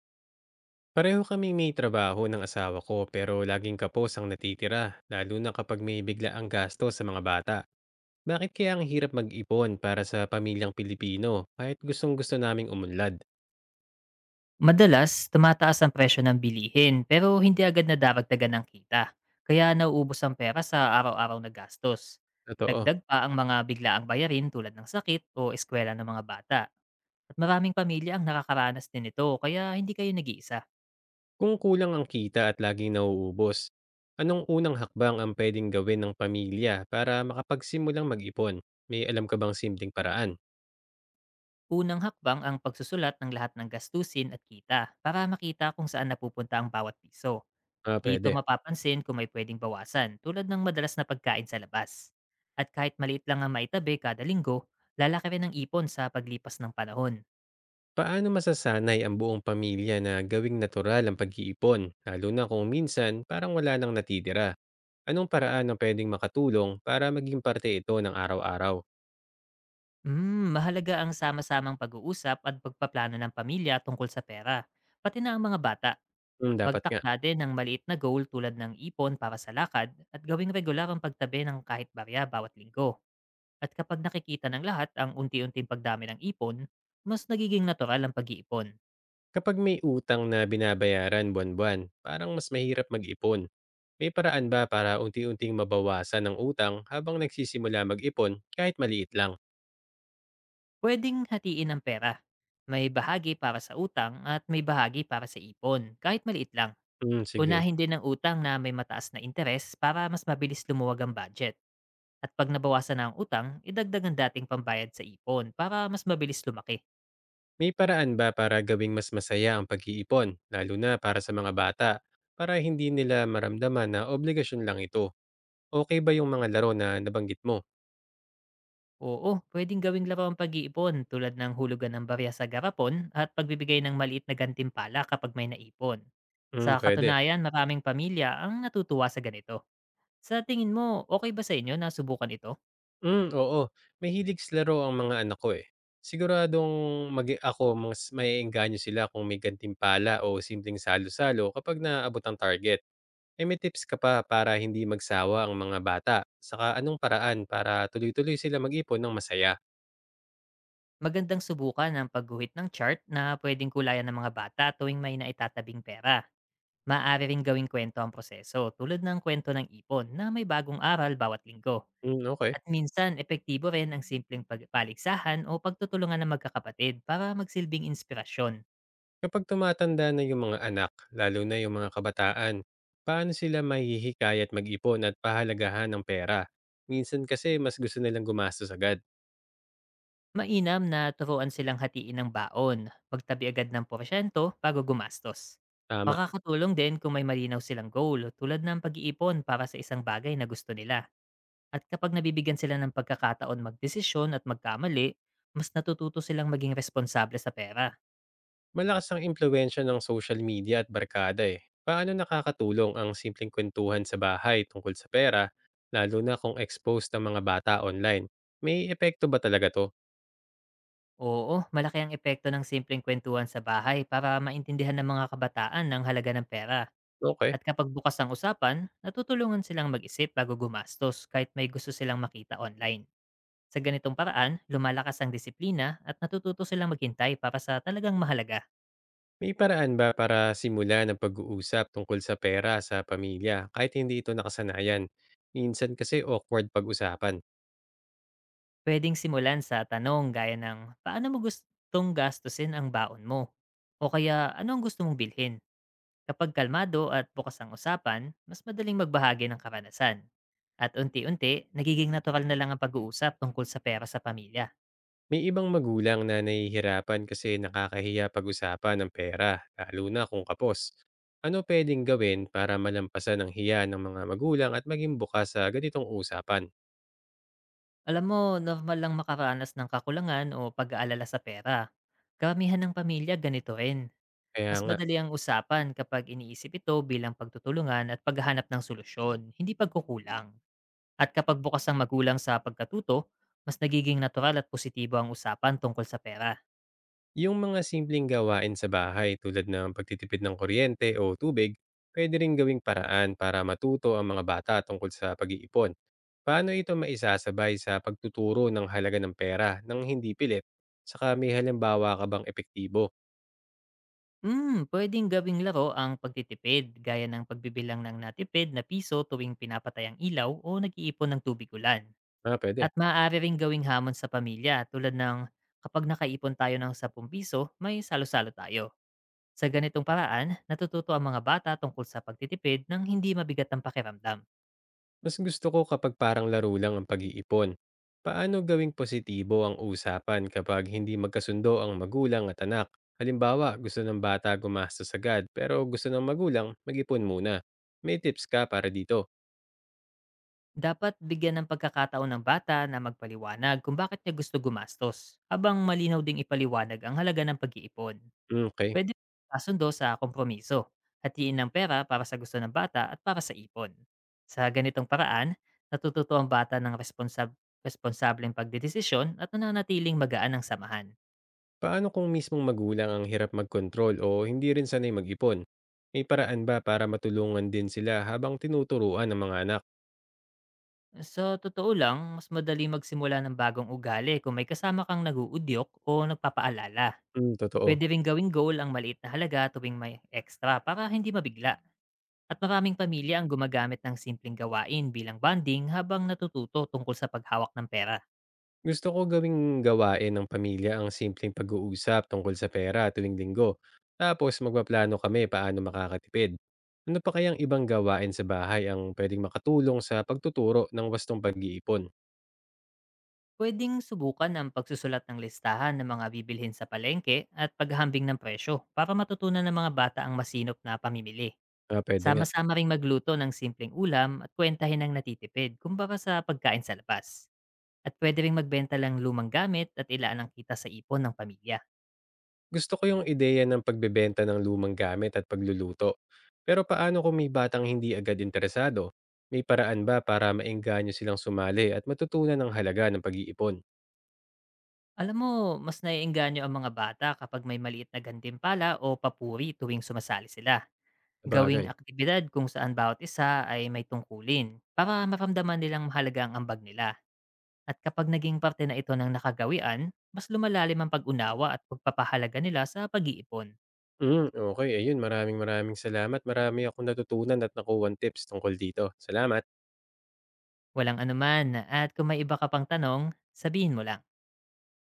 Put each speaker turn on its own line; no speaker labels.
Pareho kaming may trabaho ng asawa ko pero laging kapos ang natitira, lalo na kapag may bigla ang gasto sa mga bata. Bakit kaya ang hirap mag-ipon para sa pamilyang Pilipino kahit gustong-gusto naming umunlad?
Madalas, tumataas ang presyo ng bilihin pero hindi agad nadaragdagan ng kita. Kaya nauubos ang pera sa araw-araw na gastos.
Totoo.
Dagdag pa ang mga biglaang bayarin tulad ng sakit o eskwela ng mga bata. At maraming pamilya ang nakakaranas din nito kaya hindi kayo nag-iisa.
Kung kulang ang kita at laging nauubos, anong unang hakbang ang pwedeng gawin ng pamilya para makapagsimulang mag-ipon? May alam ka bang simpleng paraan?
Unang hakbang ang pagsusulat ng lahat ng gastusin at kita para makita kung saan napupunta ang bawat piso.
Ah,
Dito
pwede.
mapapansin kung may pwedeng bawasan tulad ng madalas na pagkain sa labas. At kahit maliit lang ang maitabi kada linggo, lalaki rin ang ipon sa paglipas ng panahon.
Paano masasanay ang buong pamilya na gawing natural ang pag-iipon, lalo na kung minsan parang wala nang natitira? Anong paraan ang pwedeng makatulong para maging parte ito ng araw-araw?
Hmm, mahalaga ang sama-samang pag-uusap at pagpaplano ng pamilya tungkol sa pera, pati na ang mga bata.
Hmm, dapat nga.
Magtakda din ng maliit na goal tulad ng ipon para sa lakad at gawing regular ang pagtabi ng kahit barya bawat linggo. At kapag nakikita ng lahat ang unti-unting pagdami ng ipon, mas nagiging natural ang pag-iipon.
Kapag may utang na binabayaran buwan-buwan, parang mas mahirap mag-ipon. May paraan ba para unti-unting mabawasan ang utang habang nagsisimula mag-ipon kahit maliit lang?
Puwedeng hatiin ang pera. May bahagi para sa utang at may bahagi para sa ipon, kahit maliit lang.
Hmm, sige.
Unahin din ang utang na may mataas na interes para mas mabilis lumuwag ang budget. At pag nabawasan na ang utang, idagdag ang dating pambayad sa ipon para mas mabilis lumaki.
May paraan ba para gawing mas masaya ang pag-iipon, lalo na para sa mga bata, para hindi nila maramdaman na obligasyon lang ito? Okey ba yung mga laro na nabanggit mo?
Oo, pwedeng gawing laro ang pag-iipon tulad ng hulugan ng barya sa garapon at pagbibigay ng maliit na gantimpala kapag may naipon. Sa
Hmm, pwede.
katunayan, maraming pamilya ang natutuwa sa ganito. Sa tingin mo, okay ba sa inyo na subukan ito?
Hmm, oo. Mahilig sa laro ang mga anak ko, eh. Siguradong magi ako mas maeengganyo sila kung may gantimpala o simpleng salo-salo kapag naabot ang target. Eh, may tips ka pa para hindi magsawa ang mga bata? Saka anong paraan para tuloy-tuloy sila mag-ipon ng masaya?
Magandang subukan ang pagguhit ng chart na pwedeng kulayan ng mga bata tuwing may naitatabing pera. Maaari ring gawing kwento ang proseso tulad ng kwento ng ipon na may bagong aral bawat linggo.
Hmm, okay.
At minsan, epektibo rin ang simpleng pagpaligsahan o pagtutulungan ng magkakapatid para magsilbing inspirasyon.
Kapag tumatanda na yung mga anak, lalo na yung mga kabataan, paano sila mahihikayat mag-ipon at pahalagahan ng pera? Minsan kasi mas gusto nilang gumastos agad.
Mainam na turuan silang hatiin ng baon, magtabi agad ng porsyento bago gumastos.
Tama.
Makakatulong din kung may malinaw silang goal tulad ng pag-iipon para sa isang bagay na gusto nila. At kapag nabibigyan sila ng pagkakataon magdesisyon at magkamali, mas natututo silang maging responsable sa pera.
Malakas ang impluensya ng social media at barkada eh. Paano nakakatulong ang simpleng kwentuhan sa bahay tungkol sa pera, lalo na kung exposed ang mga bata online? May epekto ba talaga to?
Oo, malaki ang epekto ng simpleng kwentuhan sa bahay para maintindihan ng mga kabataan ng halaga ng pera.
Okay.
At kapag bukas ang usapan, natutulungan silang mag-isip bago gumastos kahit may gusto silang makita online. Sa ganitong paraan, lumalakas ang disiplina at natututo silang maghintay para sa talagang mahalaga.
May paraan ba para simula ng pag-uusap tungkol sa pera sa pamilya kahit hindi ito nakasanayan? Minsan kasi awkward pag-usapan.
Puwedeng simulan sa tanong gaya ng, "Paano mo gustong gastusin ang baon mo?" O kaya, "Ano ang gusto mong bilhin?" Kapag kalmado at bukas ang usapan, mas madaling magbahagi ng karanasan. At unti-unti, nagiging natural na lang ang pag-uusap tungkol sa pera sa pamilya.
May ibang magulang na nahihirapan kasi nakakahiya pag-usapan ng pera, lalo na kung kapos. Ano pwedeng gawin para malampasan ang hiya ng mga magulang at maging bukas sa ganitong usapan?
Alam mo, normal lang makaranas ng kakulangan o pag-aalala sa pera. Karamihan ng pamilya ganito rin.
Kaya
Mas
nga.
madali ang usapan kapag iniisip ito bilang pagtutulungan at paghahanap ng solusyon, hindi pagkukulang. At kapag bukas ang magulang sa pagkatuto, mas nagiging natural at positibo ang usapan tungkol sa pera.
Yung mga simpleng gawain sa bahay tulad ng pagtitipid ng kuryente o tubig, pwede ring gawing paraan para matuto ang mga bata tungkol sa pag-iipon. Paano ito maisasabay sa pagtuturo ng halaga ng pera nang hindi pilit? Saka may halimbawa ka bang epektibo?
Hmm, pwedeng gawing laro ang pagtitipid gaya ng pagbibilang ng natipid na piso tuwing pinapatay ang ilaw o nag-iipon ng tubig ulan.
Ah,
At
pwede.
maaari ring gawing hamon sa pamilya tulad ng kapag nakaipon tayo ng 10 piso, may salo-salo tayo. Sa ganitong paraan, natututo ang mga bata tungkol sa pagtitipid nang hindi mabigat ang pakiramdam.
Mas gusto ko kapag parang laro lang ang pag-iipon. Paano gawing positibo ang usapan kapag hindi magkasundo ang magulang at anak? Halimbawa, gusto ng bata gumastos agad pero gusto ng magulang mag-ipon muna. May tips ka para dito.
Dapat bigyan ng pagkakataon ng bata na magpaliwanag kung bakit niya gusto gumastos, habang malinaw ding ipaliwanag ang halaga ng pag-iipon.
Mm, okay.
Pwede kasundo sa kompromiso, hatiin ng pera para sa gusto ng bata at para sa ipon. Sa ganitong paraan, natututo ang bata ng responsableng pagdedesisyon at nananatiling magaan ang samahan.
Paano kung mismong magulang ang hirap mag-control o hindi rin sanay mag-ipon? May paraan ba para matulungan din sila habang tinuturuan ng mga anak?
Sa totoo lang, mas madali magsimula ng bagong ugali kung may kasama kang naguudyok o nagpapaalala.
Mm, totoo.
Pwede ring gawing goal ang maliit na halaga tuwing may extra para hindi mabigla. At maraming pamilya ang gumagamit ng simpleng gawain bilang bonding habang natututo tungkol sa paghawak ng pera.
Gusto ko gawing gawain ng pamilya ang simpleng pag-uusap tungkol sa pera tuwing linggo. Tapos magpaplano kami paano makakatipid. Ano pa kayang ibang gawain sa bahay ang pwedeng makatulong sa pagtuturo ng wastong pag-iipon?
Pwedeng subukan ang pagsusulat ng listahan ng mga bibilhin sa palengke at paghambing ng presyo para matutunan ng mga bata ang masinop na pamimili.
Ah, pwede nga.
Sama-sama ring magluto ng simpleng ulam at kwentahin ang natitipid kumpara sa pagkain sa labas. At pwede ring magbenta lang lumang gamit at ilaan ang kita sa ipon ng pamilya.
Gusto ko yung ideya ng pagbebenta ng lumang gamit at pagluluto. Pero paano kung may batang hindi agad interesado? May paraan ba para maengganyo silang sumali at matutunan ang halaga ng pag-iipon?
Alam mo, mas naiengganyo ang mga bata kapag may maliit na gantimpala o papuri tuwing sumasali sila. Gawing
Bagay.
aktibidad kung saan bawat isa ay may tungkulin para maramdaman nilang mahalaga ang ambag nila. At kapag naging parte na ito ng nakagawian, mas lumalalim ang pag-unawa at pagpapahalaga nila sa pag-iipon.
Hmm, okay, ayun, maraming maraming salamat. Marami akong natutunan at nakuhang tips tungkol dito. Salamat.
Walang anuman at kung may iba ka pang tanong, sabihin mo lang.